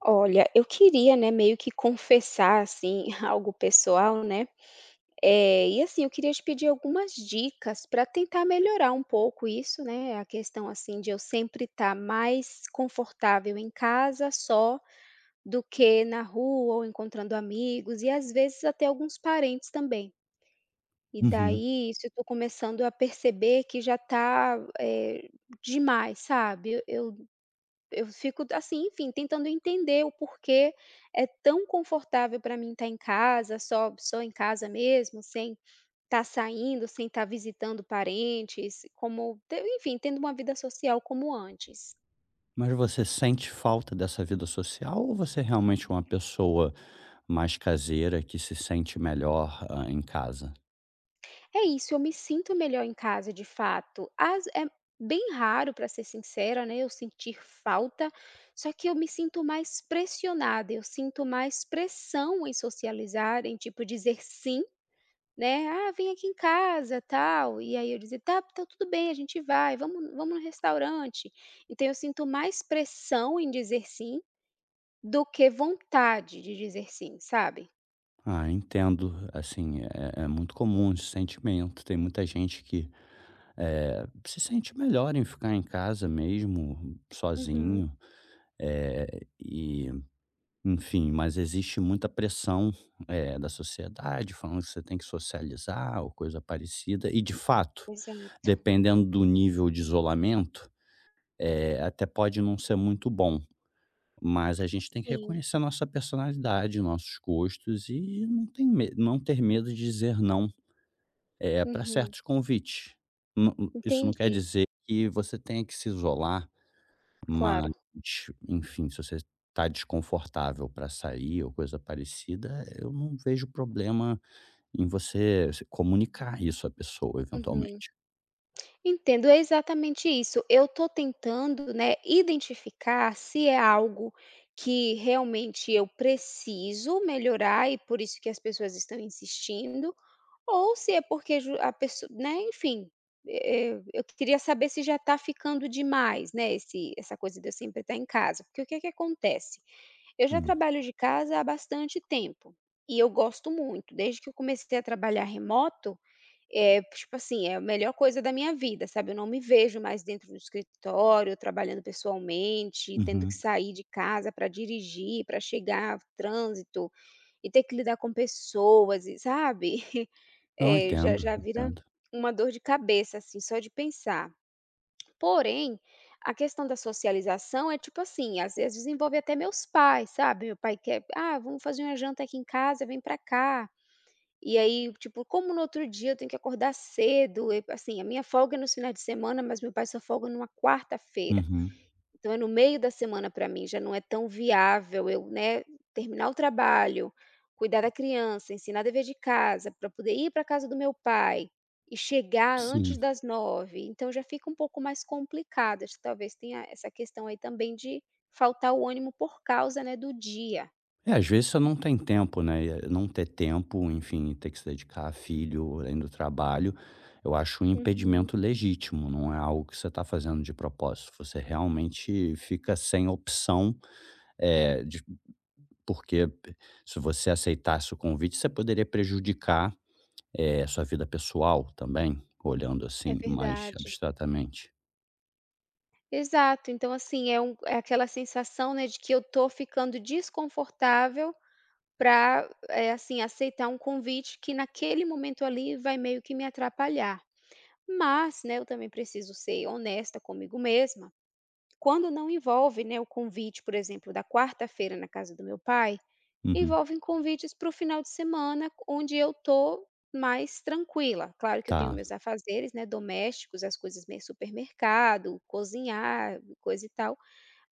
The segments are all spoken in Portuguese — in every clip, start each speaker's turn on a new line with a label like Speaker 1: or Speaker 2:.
Speaker 1: Olha, eu queria, né, meio que confessar, assim, algo pessoal, né? E assim, eu queria te pedir algumas dicas para tentar melhorar um pouco isso, né? A questão, assim, de eu sempre estar mais confortável em casa só do que na rua ou encontrando amigos e às vezes até alguns parentes também. E
Speaker 2: Uhum.
Speaker 1: daí isso eu tô começando a perceber que já tá demais, sabe? Eu fico assim, enfim, tentando entender o porquê é tão confortável para mim estar em casa, só em casa mesmo, sem estar saindo, sem estar visitando parentes, tendo uma vida social como antes.
Speaker 2: Mas você sente falta dessa vida social ou você é realmente uma pessoa mais caseira que se sente melhor, em casa?
Speaker 1: É isso, eu me sinto melhor em casa de fato. Às é bem raro, para ser sincera, né, eu sentir falta, só que eu me sinto mais pressionada, eu sinto mais pressão em socializar, em tipo dizer "sim". Né, "Ah, vem aqui em casa, tal", e aí eu dizia: "Tá, tá tudo bem, a gente vai, vamos no restaurante". Então eu sinto mais pressão em dizer sim, do que vontade de dizer sim, sabe?
Speaker 2: Ah, entendo, assim, é muito comum esse sentimento. Tem muita gente que, se sente melhor em ficar em casa mesmo,
Speaker 1: Uhum,
Speaker 2: sozinho, eh, e enfim, mas existe muita pressão, da sociedade falando que você tem que socializar ou coisa parecida. E de fato,
Speaker 1: exato.
Speaker 2: dependendo do nível de isolamento, até pode não ser muito bom, mas a gente tem que
Speaker 1: Sim,
Speaker 2: reconhecer a nossa personalidade, nossos gostos e não tem me não ter medo de dizer não, para
Speaker 1: uhum,
Speaker 2: certos convites. Não, isso não quer
Speaker 1: entendi,
Speaker 2: dizer que você tenha que se isolar, mas,
Speaker 1: claro,
Speaker 2: enfim, se você está desconfortável para sair ou coisa parecida, eu não vejo problema em você se comunicar isso à pessoa
Speaker 1: uhum.
Speaker 2: eventualmente.
Speaker 1: Entendo, é exatamente isso, eu tô tentando, né, identificar se é algo que realmente eu preciso melhorar e por isso que as pessoas estão insistindo. Ou se é porque ju a pessoa né, enfim, eu queria saber se já está ficando demais, né, esse essa coisa de eu sempre estar em casa, porque o que é que acontece? Eu já
Speaker 2: Hum.
Speaker 1: trabalho de casa há bastante tempo, e eu gosto muito, desde que eu comecei a trabalhar remoto, é tipo assim, é a melhor coisa da minha vida, sabe, eu não me vejo mais dentro do escritório, trabalhando pessoalmente, tendo
Speaker 2: Uhum.
Speaker 1: que sair de casa para dirigir, para chegar, trânsito, e ter que lidar com pessoas e sabe?
Speaker 2: Não,
Speaker 1: É, já
Speaker 2: entendo,
Speaker 1: já vira
Speaker 2: entendo.
Speaker 1: uma dor de cabeça, assim, só de pensar. Porém, a questão da socialização é tipo assim, às vezes envolve até meus pais, sabe, meu pai quer: "Ah, vamos fazer uma janta aqui em casa, vem pra cá". E aí, tipo, como no outro dia eu tenho que acordar cedo, e assim, a minha folga é nos finais de semana, mas meu pai só folga numa quarta-feira.
Speaker 2: Uhum.
Speaker 1: Então é no meio da semana para mim, já não é tão viável eu, né, terminar o trabalho, cuidar da criança, ensinar dever de casa, para poder ir para casa do meu pai e chegar
Speaker 2: Sim.
Speaker 1: antes das nove. Então já fica um pouco mais complicado, acho que talvez tenha essa questão aí também de faltar o ânimo por causa, né, do dia.
Speaker 2: É, às vezes você não tem tempo, né, e não ter tempo, enfim, ter que se dedicar a filho, além do trabalho, eu acho um
Speaker 1: Uhum,
Speaker 2: impedimento legítimo, não é algo que você está fazendo de propósito. Você realmente fica sem opção, eh, de porque se você aceitasse o convite, você poderia prejudicar, sua vida pessoal também, olhando
Speaker 1: é
Speaker 2: assim mais
Speaker 1: verdade.
Speaker 2: abstratamente.
Speaker 1: Exato, então assim, é aquela sensação, né, de que eu tô ficando desconfortável para assim, aceitar um convite que naquele momento ali vai meio que me atrapalhar. Mas, né, eu também preciso ser honesta comigo mesma, quando não envolve, né, o convite, por exemplo, da quarta-feira na casa do meu pai,
Speaker 2: Uhum,
Speaker 1: envolvem convites para o final de semana onde eu tô mais tranquila. Claro que eu tenho
Speaker 2: tá.
Speaker 1: meus afazeres, né, domésticos, as coisas meio supermercado, cozinhar, coisa e tal.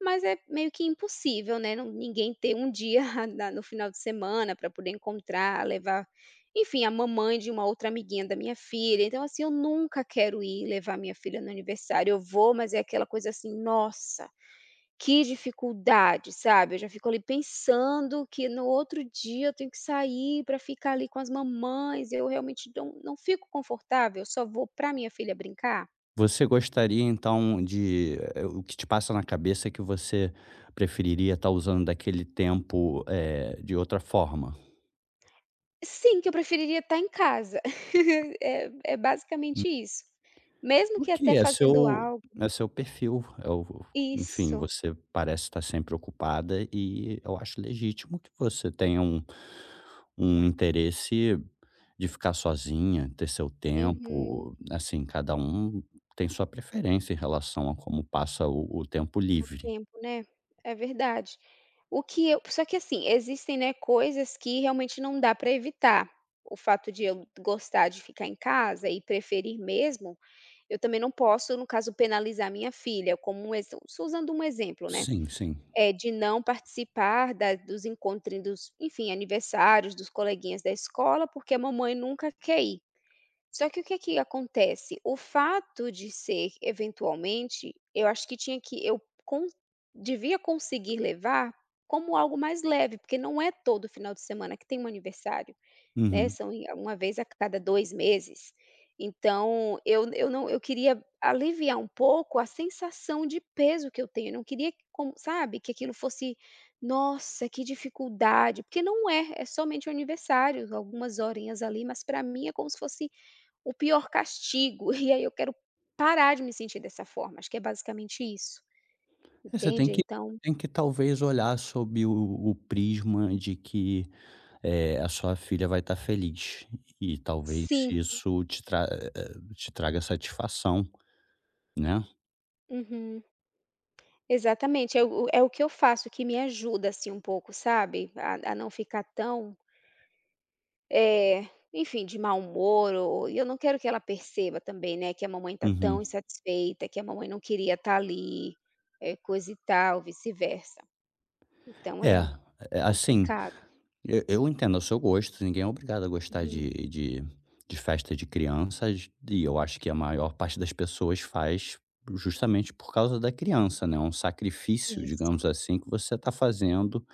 Speaker 1: Mas é meio que impossível, né, não ninguém ter um dia na no final de semana para poder encontrar, levar, enfim, a mamãe de uma outra amiguinha da minha filha, então, assim, eu nunca quero ir levar minha filha no aniversário. Eu vou, mas é aquela coisa assim: "Nossa, que dificuldade", sabe, eu já fico ali pensando que no outro dia eu tenho que sair para ficar ali com as mamães, eu realmente não fico confortável, eu só vou para minha filha brincar.
Speaker 2: Você gostaria então de o que te passa na cabeça é que você preferiria estar usando daquele tempo, de outra forma.
Speaker 1: Sim, que eu preferiria estar em casa. É é basicamente isso. Mesmo que até
Speaker 2: Porque é
Speaker 1: fazendo
Speaker 2: seu
Speaker 1: algo.
Speaker 2: é seu perfil, é o enfim,
Speaker 1: Isso.
Speaker 2: você parece estar sempre ocupada e eu acho legítimo que você tenha um interesse de ficar sozinha, ter seu
Speaker 1: Uhum.
Speaker 2: tempo, assim, cada um tem sua preferência em relação a como passa o tempo
Speaker 1: O
Speaker 2: livre.
Speaker 1: tempo, né. É verdade. O que eu Só que assim, existem, né, coisas que realmente não dá para evitar. O fato de eu gostar de ficar em casa e preferir mesmo, eu também não posso, no caso, penalizar minha filha, como um exe só usando um exemplo, né.
Speaker 2: Sim, sim.
Speaker 1: É, de não participar da dos encontros, dos enfim, aniversários dos coleguinhas da escola, porque a mamãe nunca quer ir. Só que o que é que acontece? O fato de ser, eventualmente, eu acho que tinha que eu con devia conseguir levar como algo mais leve, porque não é todo final de semana que tem um aniversário. Né,
Speaker 2: Uhum.
Speaker 1: são em uma vez a cada 2 meses. Então eu não eu queria aliviar um pouco a sensação de peso que eu tenho, eu não queria que como sabe, que aquilo fosse: "Nossa, que dificuldade", porque não é, é somente o aniversário, algumas horinhas ali, mas para mim é como se fosse o pior castigo, e aí eu quero parar de me sentir dessa forma, acho que é basicamente isso,
Speaker 2: É, você
Speaker 1: entende? Então
Speaker 2: tem que talvez olhar sob o prisma de que, a sua filha vai estar feliz e talvez
Speaker 1: sim.
Speaker 2: isso te traga satisfação, né.
Speaker 1: Uhum. Exatamente, é o que eu faço que me ajuda, assim, um pouco, sabe, a não ficar tão, eh, enfim, de mau humor ou e eu não quero que ela perceba também, né, que a mamãe tá
Speaker 2: Uhum.
Speaker 1: tão insatisfeita, que a mamãe não queria estar ali, coisa e tal, vice-versa. Então é
Speaker 2: É, assim,
Speaker 1: complicado.
Speaker 2: eu entendo o seu gosto, ninguém é obrigado a gostar de
Speaker 1: Uhum.
Speaker 2: de de festa de crianças e eu acho que a maior parte das pessoas faz justamente por causa da criança, né? É um sacrifício,
Speaker 1: Isso,
Speaker 2: digamos assim, que você está fazendo,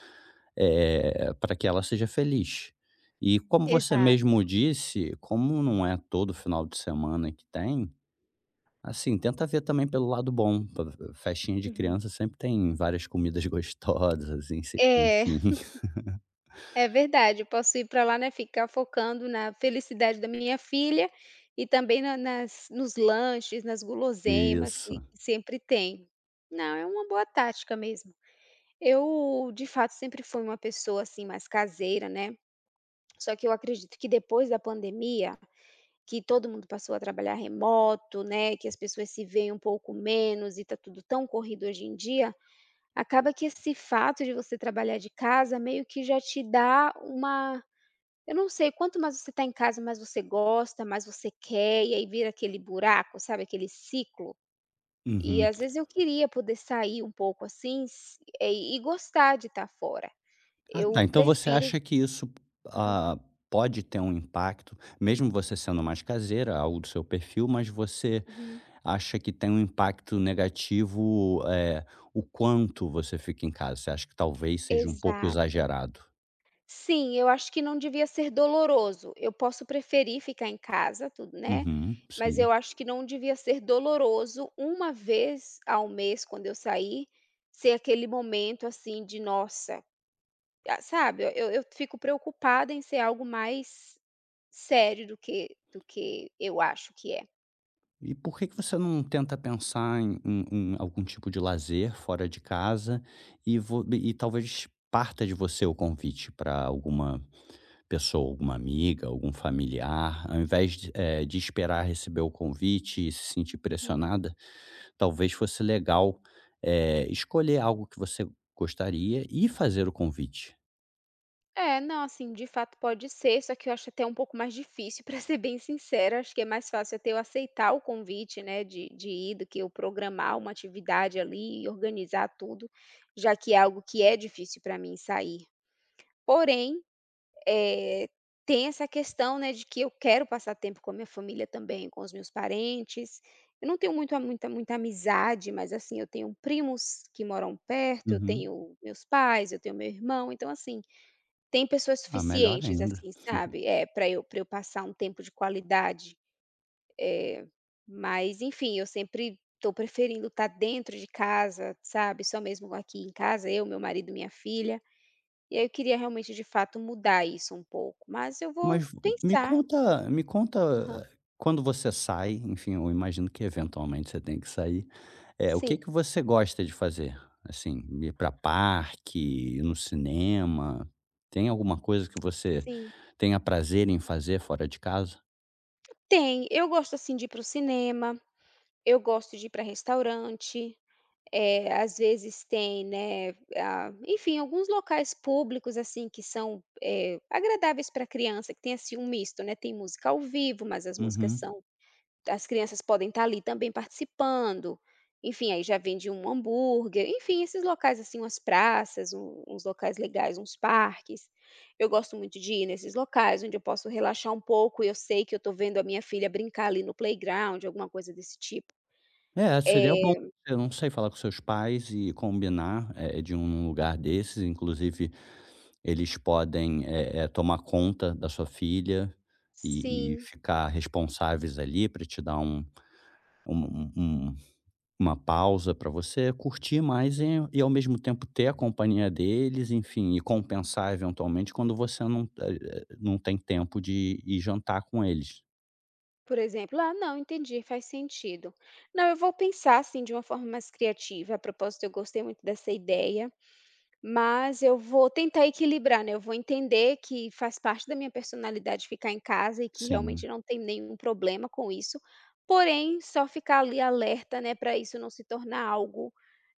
Speaker 2: para que ela seja feliz. E como você
Speaker 1: exato.
Speaker 2: mesmo disse, como não é todo final de semana que tem, assim, tenta ver também pelo lado bom. Festinha de
Speaker 1: Uhum.
Speaker 2: criança sempre tem várias comidas gostosas, assim,
Speaker 1: É.
Speaker 2: enfim.
Speaker 1: É verdade, eu posso ir para lá, né, ficar focando na felicidade da minha filha e também na nas nos lanches, nas guloseimas que
Speaker 2: Isso.
Speaker 1: sempre tem. Não, é uma boa tática mesmo. Eu, de fato, sempre fui uma pessoa, assim, mais caseira, né, só que eu acredito que depois da pandemia, que todo mundo passou a trabalhar remoto, né, que as pessoas se veem um pouco menos e tá tudo tão corrido hoje em dia, acaba que esse fato de você trabalhar de casa meio que já te dá uma, eu não sei, quanto mais você está em casa, mais você gosta, mais você quer, e aí vira aquele buraco, sabe, aquele ciclo. E
Speaker 2: Uhum.
Speaker 1: às vezes eu queria poder sair um pouco assim e gostar de estar fora.
Speaker 2: Ah, tá.
Speaker 1: Eu
Speaker 2: Então você
Speaker 1: prefiro
Speaker 2: acha que isso
Speaker 1: aham,
Speaker 2: ah, pode ter um impacto, mesmo você sendo mais caseira, algo do seu perfil, mas você
Speaker 1: uhum,
Speaker 2: acha que tem um impacto negativo, o quanto você fica em casa? Você acha que talvez seja um pouco
Speaker 1: exato.
Speaker 2: exagerado?
Speaker 1: Sim, eu acho que não devia ser doloroso. Eu posso preferir ficar em casa, tudo, né,
Speaker 2: Uhum,
Speaker 1: mas
Speaker 2: sim.
Speaker 1: eu acho que não devia ser doloroso, uma vez ao mês, quando eu sair, ser aquele momento assim de: "Nossa". Ah, sabe, eu fico preocupada em ser algo mais sério do que eu acho que é.
Speaker 2: E por que que você não tenta pensar em algum tipo de lazer fora de casa e talvez parta de você o convite para alguma pessoa, alguma amiga, algum familiar, ao invés de, de esperar receber o convite e se sentir
Speaker 1: Uhum.
Speaker 2: pressionada? Talvez fosse legal, escolher algo que você gostaria e fazer o convite.
Speaker 1: É, não, assim, de fato pode ser, só que eu acho até um pouco mais difícil, para ser bem sincera, acho que é mais fácil até eu aceitar o convite, né, de ir, do que eu programar uma atividade ali e organizar tudo, já que é algo que é difícil para mim sair. Porém. Eh, Tem essa questão, né, de que eu quero passar tempo com a minha família também, com os meus parentes. Eu não tenho muito muita muita amizade, mas, assim, eu tenho primos que moram perto, eu
Speaker 2: Uhum.
Speaker 1: tenho meus pais, eu tenho meu irmão, então, assim, tem pessoas
Speaker 2: Ah, melhor
Speaker 1: suficientes,
Speaker 2: ainda.
Speaker 1: assim, sabe, é, para eu passar um tempo de qualidade. Mas, enfim, eu sempre estou preferindo estar dentro de casa, sabe, só mesmo aqui em casa, eu, meu marido, minha filha. E aí eu queria realmente, de fato, mudar isso um pouco, mas eu vou
Speaker 2: Mas me
Speaker 1: pensar.
Speaker 2: conta me
Speaker 1: Aham.
Speaker 2: conta quando você sai, enfim, eu imagino que eventualmente você tem que sair, o que
Speaker 1: Sim,
Speaker 2: que você gosta de fazer? Assim, ir para parque, ir no cinema, tem alguma coisa que você
Speaker 1: sim.
Speaker 2: tenha prazer em fazer fora de casa?
Speaker 1: Tem, eu gosto, assim, de ir para o cinema, eu gosto de ir para restaurante, às vezes tem, né, ah, enfim, alguns locais públicos, assim, que são, agradáveis para criança, que tem, assim, um misto, né, tem música ao vivo, mas as músicas
Speaker 2: Uhum.
Speaker 1: são. As crianças podem estar ali também participando, enfim, aí já vende um hambúrguer, enfim, esses locais, assim, umas praças, uns locais legais, uns parques. Eu gosto muito de ir nesses locais onde eu posso relaxar um pouco e eu sei que eu estou vendo a minha filha brincar ali no playground, alguma coisa desse tipo.
Speaker 2: É,
Speaker 1: É,
Speaker 2: seria bom. Eu não sei, falar com seus pais e combinar, de um lugar desses, inclusive eles podem, tomar conta da sua filha e
Speaker 1: sim,
Speaker 2: ficar responsáveis ali para te dar um um um, uma pausa para você curtir mais e ao mesmo tempo ter a companhia deles, enfim, e compensar eventualmente quando você não, não tem tempo de ir jantar com eles.
Speaker 1: por exemplo, "Ah, não, entendi, faz sentido". Não, eu vou pensar, assim, de uma forma mais criativa, a propósito eu gostei muito dessa ideia. Mas eu vou tentar equilibrar, né, eu vou entender que faz parte da minha personalidade ficar em casa e que
Speaker 2: Sim.
Speaker 1: realmente não tem nenhum problema com isso, porém só ficar ali alerta, né, para isso não se tornar algo,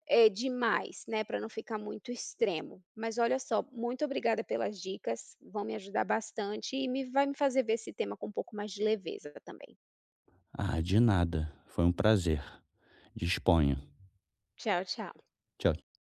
Speaker 1: demais, né, para não ficar muito extremo. Mas olha só, muito obrigada pelas dicas, vão me ajudar bastante e me fazer ver esse tema com um pouco mais de leveza também.
Speaker 2: Ah, de nada. Foi um prazer. Disponha.
Speaker 1: Tchau, tchau.
Speaker 2: Tchau